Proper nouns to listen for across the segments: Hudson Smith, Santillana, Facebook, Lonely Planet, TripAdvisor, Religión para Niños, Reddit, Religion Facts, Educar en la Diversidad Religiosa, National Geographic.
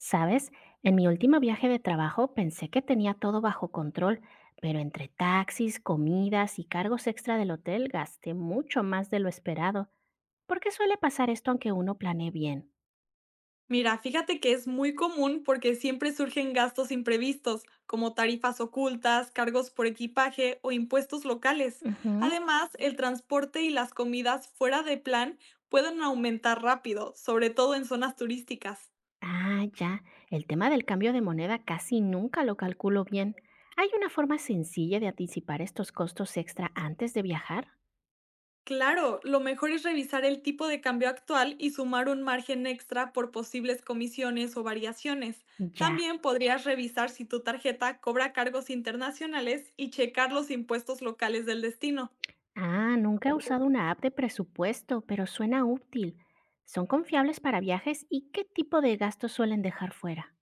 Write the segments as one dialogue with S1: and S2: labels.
S1: ¿Sabes? En mi último viaje de trabajo pensé que tenía todo bajo control, pero entre taxis, comidas y cargos extra del hotel gasté mucho más de lo esperado. ¿Por qué suele pasar esto aunque uno planee bien?
S2: Mira, fíjate que es muy común porque siempre surgen gastos imprevistos, como tarifas ocultas, cargos por equipaje o impuestos locales.
S1: Ujú.
S2: Además, el transporte y las comidas fuera de plan pueden aumentar rápido, sobre todo en zonas turísticas.
S1: Ah, ya. El tema del cambio de moneda casi nunca lo calculo bien. ¿Hay una forma sencilla de anticipar estos costos extra antes de viajar?
S2: Claro, lo mejor es revisar el tipo de cambio actual y sumar un margen extra por posibles comisiones o variaciones.
S1: Ya.
S2: También podrías revisar si tu tarjeta cobra cargos internacionales y checar los impuestos locales del destino.
S1: Ah, nunca he usado una app de presupuesto, pero suena útil. ¿Son confiables para viajes y qué tipo de gastos suelen dejar fuera?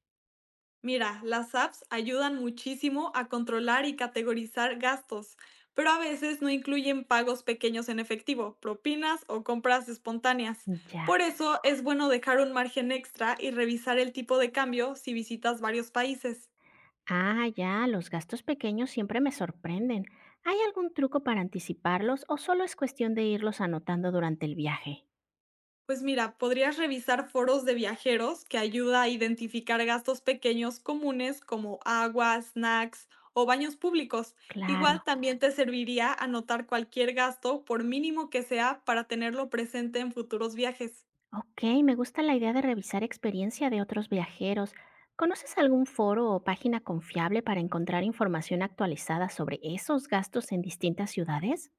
S2: Mira, las apps ayudan muchísimo a controlar y categorizar gastos, pero a veces no incluyen pagos pequeños en efectivo, propinas o compras espontáneas.
S1: Ya.
S2: Por eso es bueno dejar un margen extra y revisar el tipo de cambio si visitas varios países.
S1: Ah, ya, los gastos pequeños siempre me sorprenden. ¿Hay algún truco para anticiparlos o solo es cuestión de irlos anotando durante el viaje?
S2: Pues mira, podrías revisar foros de viajeros que ayuda a identificar gastos pequeños comunes como agua, snacks o baños públicos.
S1: Claro.
S2: Igual también te serviría anotar cualquier gasto, por mínimo que sea, para tenerlo presente en futuros viajes.
S1: Ok, me gusta la idea de revisar experiencia de otros viajeros. ¿Conoces algún foro o página confiable para encontrar información actualizada sobre esos gastos en distintas ciudades?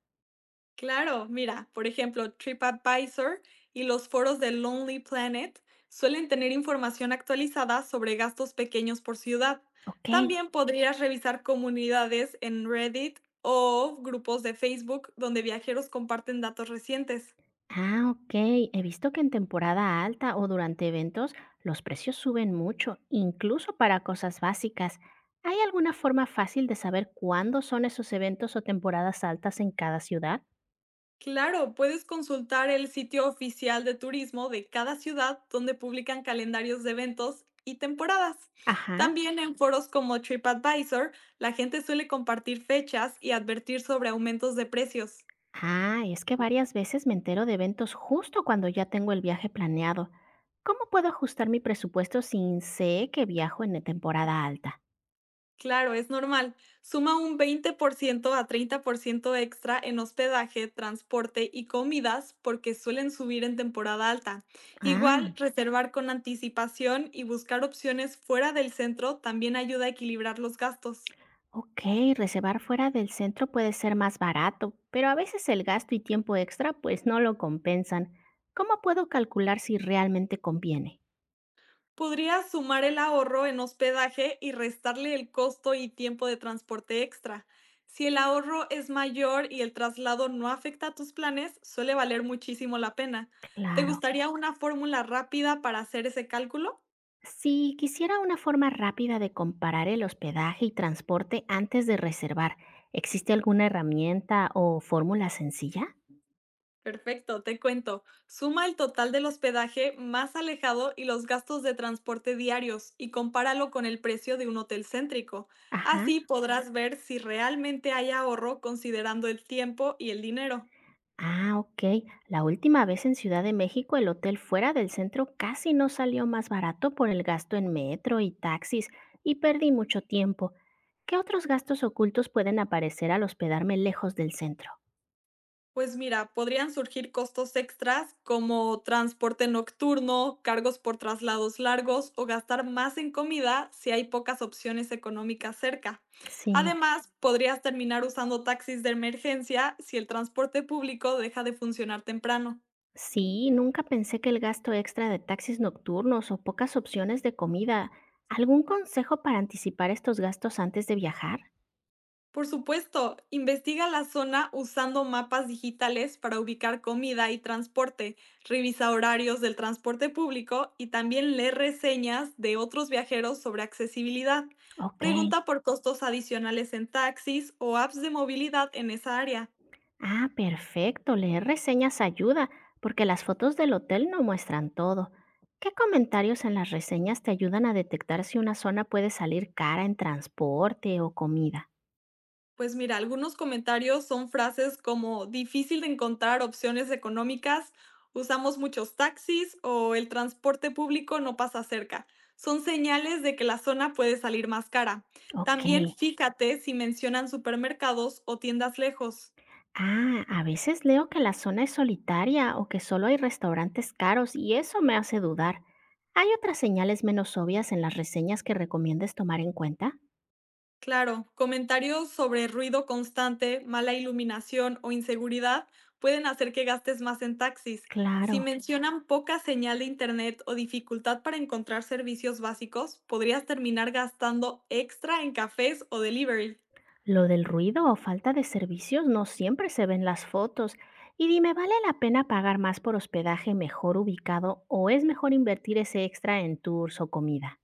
S2: Claro, mira, por ejemplo, TripAdvisor y los foros de Lonely Planet suelen tener información actualizada sobre gastos pequeños por ciudad.
S1: Ok.
S2: También podrías revisar comunidades en Reddit o grupos de Facebook donde viajeros comparten datos recientes.
S1: Ah, ok. He visto que en temporada alta o durante eventos los precios suben mucho, incluso para cosas básicas. ¿Hay alguna forma fácil de saber cuándo son esos eventos o temporadas altas en cada ciudad?
S2: Claro, puedes consultar el sitio oficial de turismo de cada ciudad donde publican calendarios de eventos y temporadas.
S1: Ajá.
S2: También en foros como TripAdvisor, la gente suele compartir fechas y advertir sobre aumentos de precios.
S1: Ah, es que varias veces me entero de eventos justo cuando ya tengo el viaje planeado. ¿Cómo puedo ajustar mi presupuesto sin sé que viajo en temporada alta?
S2: Claro, es normal. Suma un 20% a 30% extra en hospedaje, transporte y comidas porque suelen subir en temporada alta.
S1: Ah.
S2: Igual, reservar con anticipación y buscar opciones fuera del centro también ayuda a equilibrar los gastos.
S1: Ok, reservar fuera del centro puede ser más barato, pero a veces el gasto y tiempo extra pues no lo compensan. ¿Cómo puedo calcular si realmente conviene?
S2: Podría sumar el ahorro en hospedaje y restarle el costo y tiempo de transporte extra. Si el ahorro es mayor y el traslado no afecta a tus planes, suele valer muchísimo la pena. ¿Te
S1: Claro.
S2: gustaría una fórmula rápida para hacer ese cálculo?
S1: Si quisiera una forma rápida de comparar el hospedaje y transporte antes de reservar, ¿existe alguna herramienta o fórmula sencilla?
S2: Perfecto, te cuento. Suma el total del hospedaje más alejado y los gastos de transporte diarios y compáralo con el precio de un hotel céntrico.
S1: Ajá.
S2: Así podrás ver si realmente hay ahorro considerando el tiempo y el dinero.
S1: Ah, ok. La última vez en Ciudad de México el hotel fuera del centro casi no salió más barato por el gasto en metro y taxis y perdí mucho tiempo. ¿Qué otros gastos ocultos pueden aparecer al hospedarme lejos del centro?
S2: Pues mira, podrían surgir costos extras como transporte nocturno, cargos por traslados largos o gastar más en comida si hay pocas opciones económicas cerca.
S1: Sí,
S2: Además, podrías terminar usando taxis de emergencia si el transporte público deja de funcionar temprano.
S1: sí, nunca pensé que el gasto extra de taxis nocturnos o pocas opciones de comida. ¿Algún consejo para anticipar estos gastos antes de viajar?
S2: Por supuesto, investiga la zona usando mapas digitales para ubicar comida y transporte, revisa horarios del transporte público y también lee reseñas de otros viajeros sobre accesibilidad.
S1: Ok.
S2: Pregunta por costos adicionales en taxis o apps de movilidad en esa área.
S1: Ah, perfecto. Leer reseñas ayuda, porque las fotos del hotel no muestran todo. ¿Qué comentarios en las reseñas te ayudan a detectar si una zona puede salir cara en transporte o comida?
S2: Pues mira, algunos comentarios son frases como difícil de encontrar opciones económicas, usamos muchos taxis o el transporte público no pasa cerca. Son señales de que la zona puede salir más cara.
S1: Ok.
S2: También fíjate si mencionan supermercados o tiendas lejos.
S1: Ah, a veces leo que la zona es solitaria o que solo hay restaurantes caros y eso me hace dudar. ¿Hay otras señales menos obvias en las reseñas que recomiendes tomar en cuenta?
S2: Claro, comentarios sobre ruido constante, mala iluminación o inseguridad pueden hacer que gastes más en taxis. Si
S1: Claro.
S2: mencionan poca señal de internet o dificultad para encontrar servicios básicos, podrías terminar gastando extra en cafés o delivery.
S1: Lo del ruido o falta de servicios no siempre se ven las fotos. Y dime, ¿vale la pena pagar más por hospedaje mejor ubicado o es mejor invertir ese extra en tours o comida?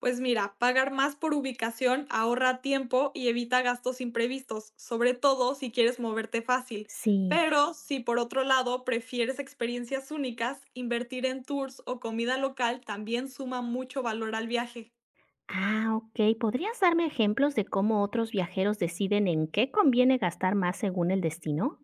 S2: Pues mira, pagar más por ubicación ahorra tiempo y evita gastos imprevistos, sobre todo si quieres moverte fácil.
S1: Sí.
S2: Pero si por otro lado prefieres experiencias únicas, invertir en tours o comida local también suma mucho valor al viaje.
S1: Ah, ok. ¿Podrías darme ejemplos de cómo otros viajeros deciden en qué conviene gastar más según el destino?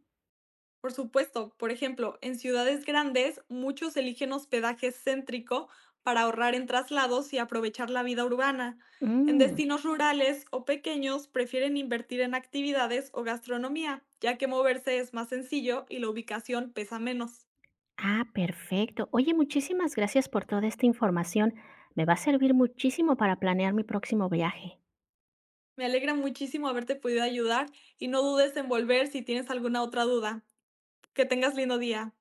S2: Por supuesto, por ejemplo, en ciudades grandes muchos eligen hospedaje céntrico para ahorrar en traslados y aprovechar la vida urbana. En
S1: Mm,
S2: destinos rurales o pequeños prefieren invertir en actividades o gastronomía, ya que moverse es más sencillo y la ubicación pesa menos.
S1: ah, perfecto. Oye, muchísimas gracias por toda esta información. Me va a servir muchísimo para planear mi próximo viaje.
S2: Me alegra muchísimo haberte podido ayudar y no dudes en volver si tienes alguna otra duda. Que tengas lindo día.